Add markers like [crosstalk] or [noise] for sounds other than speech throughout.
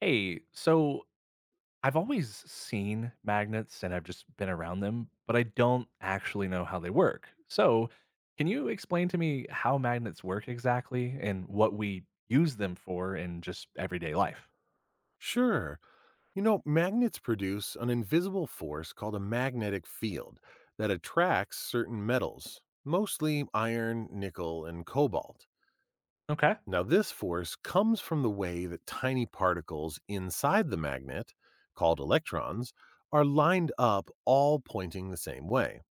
Hey, so I've always seen magnets and I've just been around them, but I don't actually know how they work. So, can you explain to me how magnets work exactly and what we use them for in just everyday life? Sure. You know, magnets produce an invisible force called a magnetic field that attracts certain metals, mostly iron, nickel, and cobalt. Okay. Now, this force comes from the way that tiny particles inside the magnet, called electrons, are lined up all pointing the same way.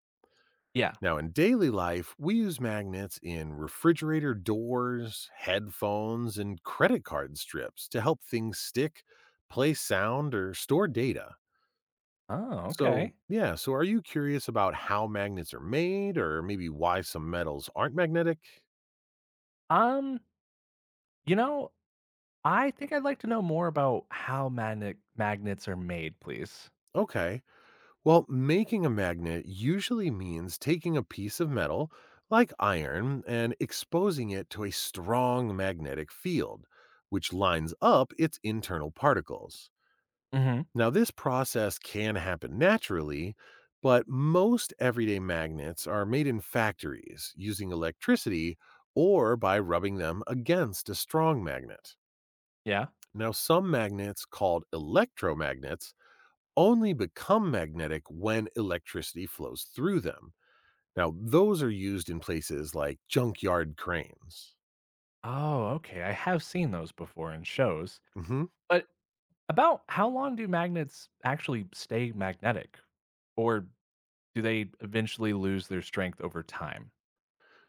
Yeah. Now, in daily life, we use magnets in refrigerator doors, headphones, and credit card strips to help things stick, play sound, or store data. Oh, So, okay. yeah, so are you curious about how magnets are made or maybe why some metals aren't magnetic? Um, you know, I think I'd like to know more about how magnets are made, please. Okay. Well, making a magnet usually means taking a piece of metal, like iron, and exposing it to a strong magnetic field, which lines up its internal particles. Mhm. Now, this process can happen naturally, but most everyday magnets are made in factories using electricity or by rubbing them against a strong magnet. Yeah. Now, some magnets called electromagnets only become magnetic when electricity flows through them. Now, those are used in places like junkyard cranes. Oh, okay. I have seen those before in shows. Mhm. But about how long do magnets actually stay magnetic? Or do they eventually lose their strength over time?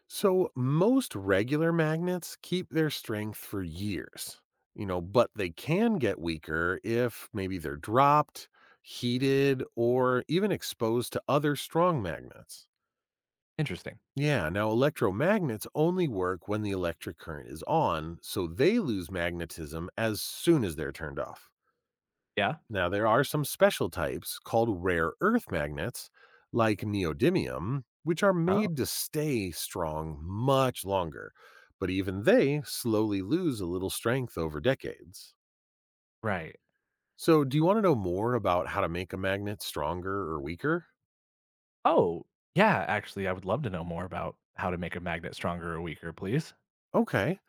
So, most regular magnets keep their strength for years, you know, but they can get weaker if maybe they're dropped, heated, or even exposed to other strong magnets. Interesting. Yeah, now electromagnets only work when the electric current is on, so they lose magnetism as soon as they're turned off. Yeah. Now, there are some special types called rare earth magnets, like neodymium, which are Oh, made to stay strong much longer, but even they slowly lose a little strength over decades. right. So, do you want to know more about how to make a magnet stronger or weaker? Oh, yeah. Actually, I would love to know more about how to make a magnet stronger or weaker, please. Okay.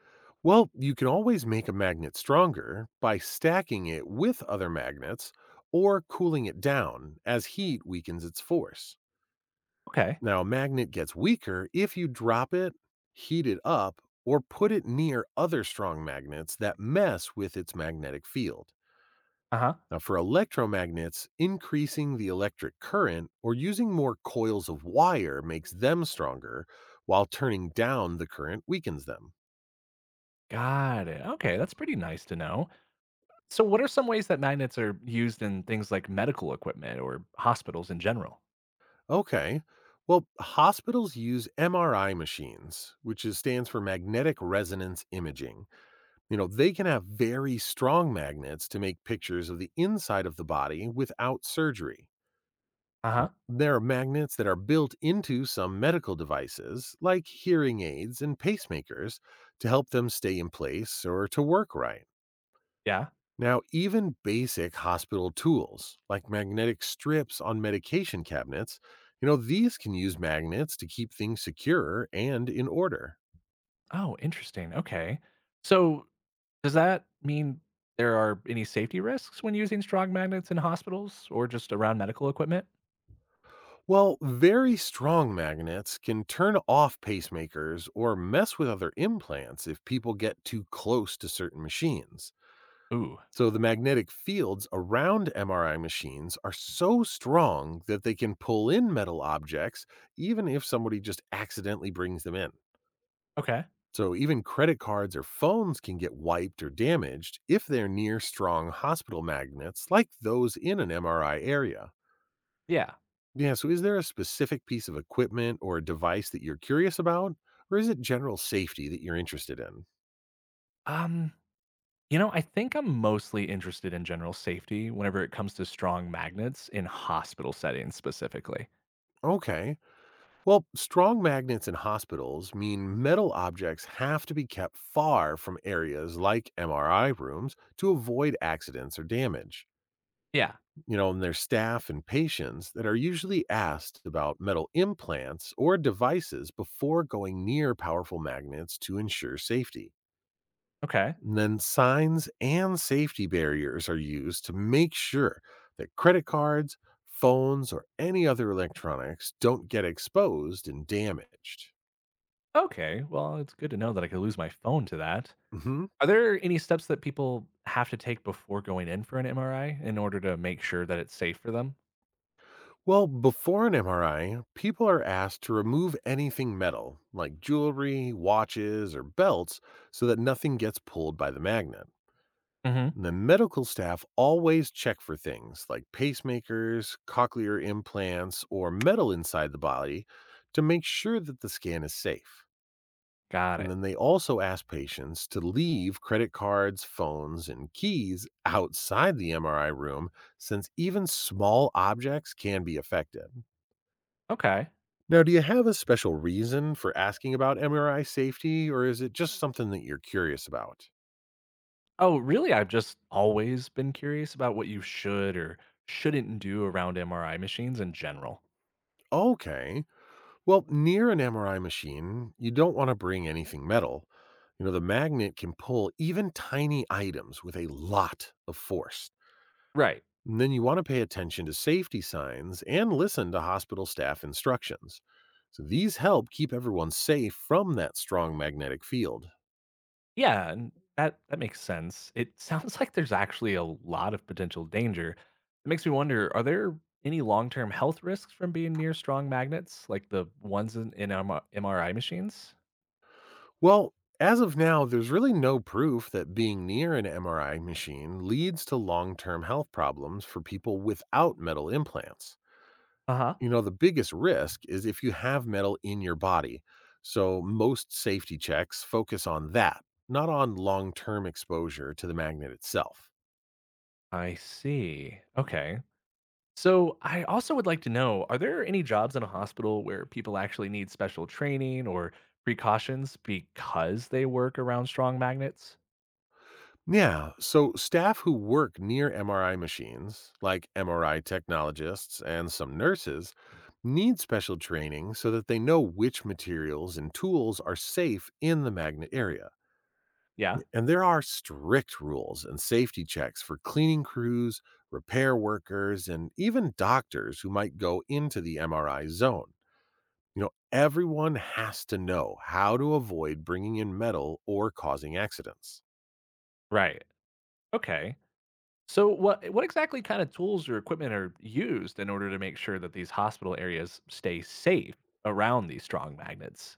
Well, you can always make a magnet stronger by stacking it with other magnets or cooling it down as heat weakens its force. Okay. Now, a magnet gets weaker if you drop it, heat it up, or put it near other strong magnets that mess with its magnetic field. Uh huh. Now, for electromagnets, increasing the electric current or using more coils of wire makes them stronger, while turning down the current weakens them. Got it. Okay. That's pretty nice to know. So, what are some ways that magnets are used in things like medical equipment or hospitals in general? Okay. Well, hospitals use MRI machines, which is, stands for magnetic resonance imaging. You know, they can have very strong magnets to make pictures of the inside of the body without surgery. Uh Yeah. huh. There are magnets that are built into some medical devices, like hearing aids and pacemakers, to help them stay in place or to work right. Yeah. Now, even basic hospital tools, like magnetic strips on medication cabinets, you know, these can use magnets to keep things secure and in order. Oh, interesting. Okay. So, does that mean there are any safety risks when using strong magnets in hospitals or just around medical equipment? Well, very strong magnets can turn off pacemakers or mess with other implants if people get too close to certain machines. Ooh, So, the magnetic fields around MRI machines are so strong that they can pull in metal objects even if somebody just accidentally brings them in. okay. So, even credit cards or phones can get wiped or damaged if they're near strong hospital magnets like those in an MRI area. Yeah. Yeah, so is there a specific piece of equipment or a device that you're curious about, or is it general safety that you're interested in? Um, I think I'm mostly interested in general safety whenever it comes to strong magnets in hospital settings specifically. Okay. Well, strong magnets in hospitals mean metal objects have to be kept far from areas like MRI rooms to avoid accidents or damage. Yeah. You know, and there's staff and patients that are usually asked about metal implants or devices before going near powerful magnets to ensure safety. Okay. And then signs and safety barriers are used to make sure that credit cards, phones, or any other electronics don't get exposed and damaged. Okay. Well, it's good to know that I could lose my phone to that. Mhm. Are there any steps that people have to take before going in for an MRI in order to make sure that it's safe for them? Well, before an MRI, people are asked to remove anything metal, like jewelry, watches, or belts, so that nothing gets pulled by the magnet. Mm-hmm. The medical staff always check for things like pacemakers, cochlear implants, or metal inside the body to make sure that the scan is safe. Got And it. then they also ask patients to leave credit cards, phones, and keys outside the MRI room since even small objects can be affected. Okay. Now, do you have a special reason for asking about MRI safety, or is it just something that you're curious about? Oh, really? I've just always been curious about what you should or shouldn't do around MRI machines in general. Okay. Well, near an MRI machine, you don't want to bring anything metal. You know, the magnet can pull even tiny items with a lot of force. Right. And then you want to pay attention to safety signs and listen to hospital staff instructions. So these help keep everyone safe from that strong magnetic field. Yeah, and that makes sense. It [laughs] sounds like there's actually a lot of potential danger. It makes me wonder, are there any long-term health risks from being near strong magnets like the ones in MRI machines? Well, as of now, there's really no proof that being near an MRI machine leads to long term health problems for people without metal implants. Uh huh. You know, the biggest risk is if you have metal in your body. So most safety checks focus on that, not on long term exposure to the magnet itself. I see. Okay. So, I also would like to know, are there any jobs in a hospital where people actually need special training or precautions because they work around strong magnets? Yeah, so staff who work near MRI machines, like MRI technologists and some nurses, need special training so that they know which materials and tools are safe in the magnet area. Yeah, And there are strict rules and safety checks for cleaning crews, repair workers, and even doctors who might go into the MRI zone. You know, everyone has to know how to avoid bringing in metal or causing accidents. right. Okay. So, what exactly kind of tools or equipment are used in order to make sure that these hospital areas stay safe around these strong magnets?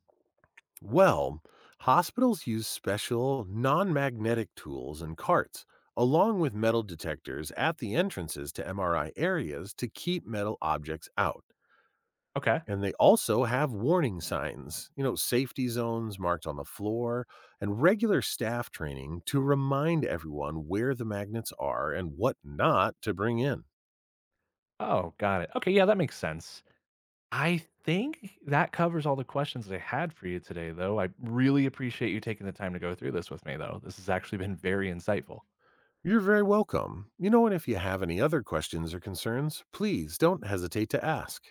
Well, hospitals use special non magnetic tools and carts, along with metal detectors at the entrances to MRI areas to keep metal objects out. Okay. And they also have warning signs, you know, safety zones marked on the floor, and regular staff training to remind everyone where the magnets are and what not to bring in. Oh, got it. Okay. Yeah, that makes sense. I think that covers all the questions that I had for you today, though. I really appreciate you taking the time to go through this with me, though. This has actually been very insightful. You're very welcome. You know, and if you have any other questions or concerns, please don't hesitate to ask.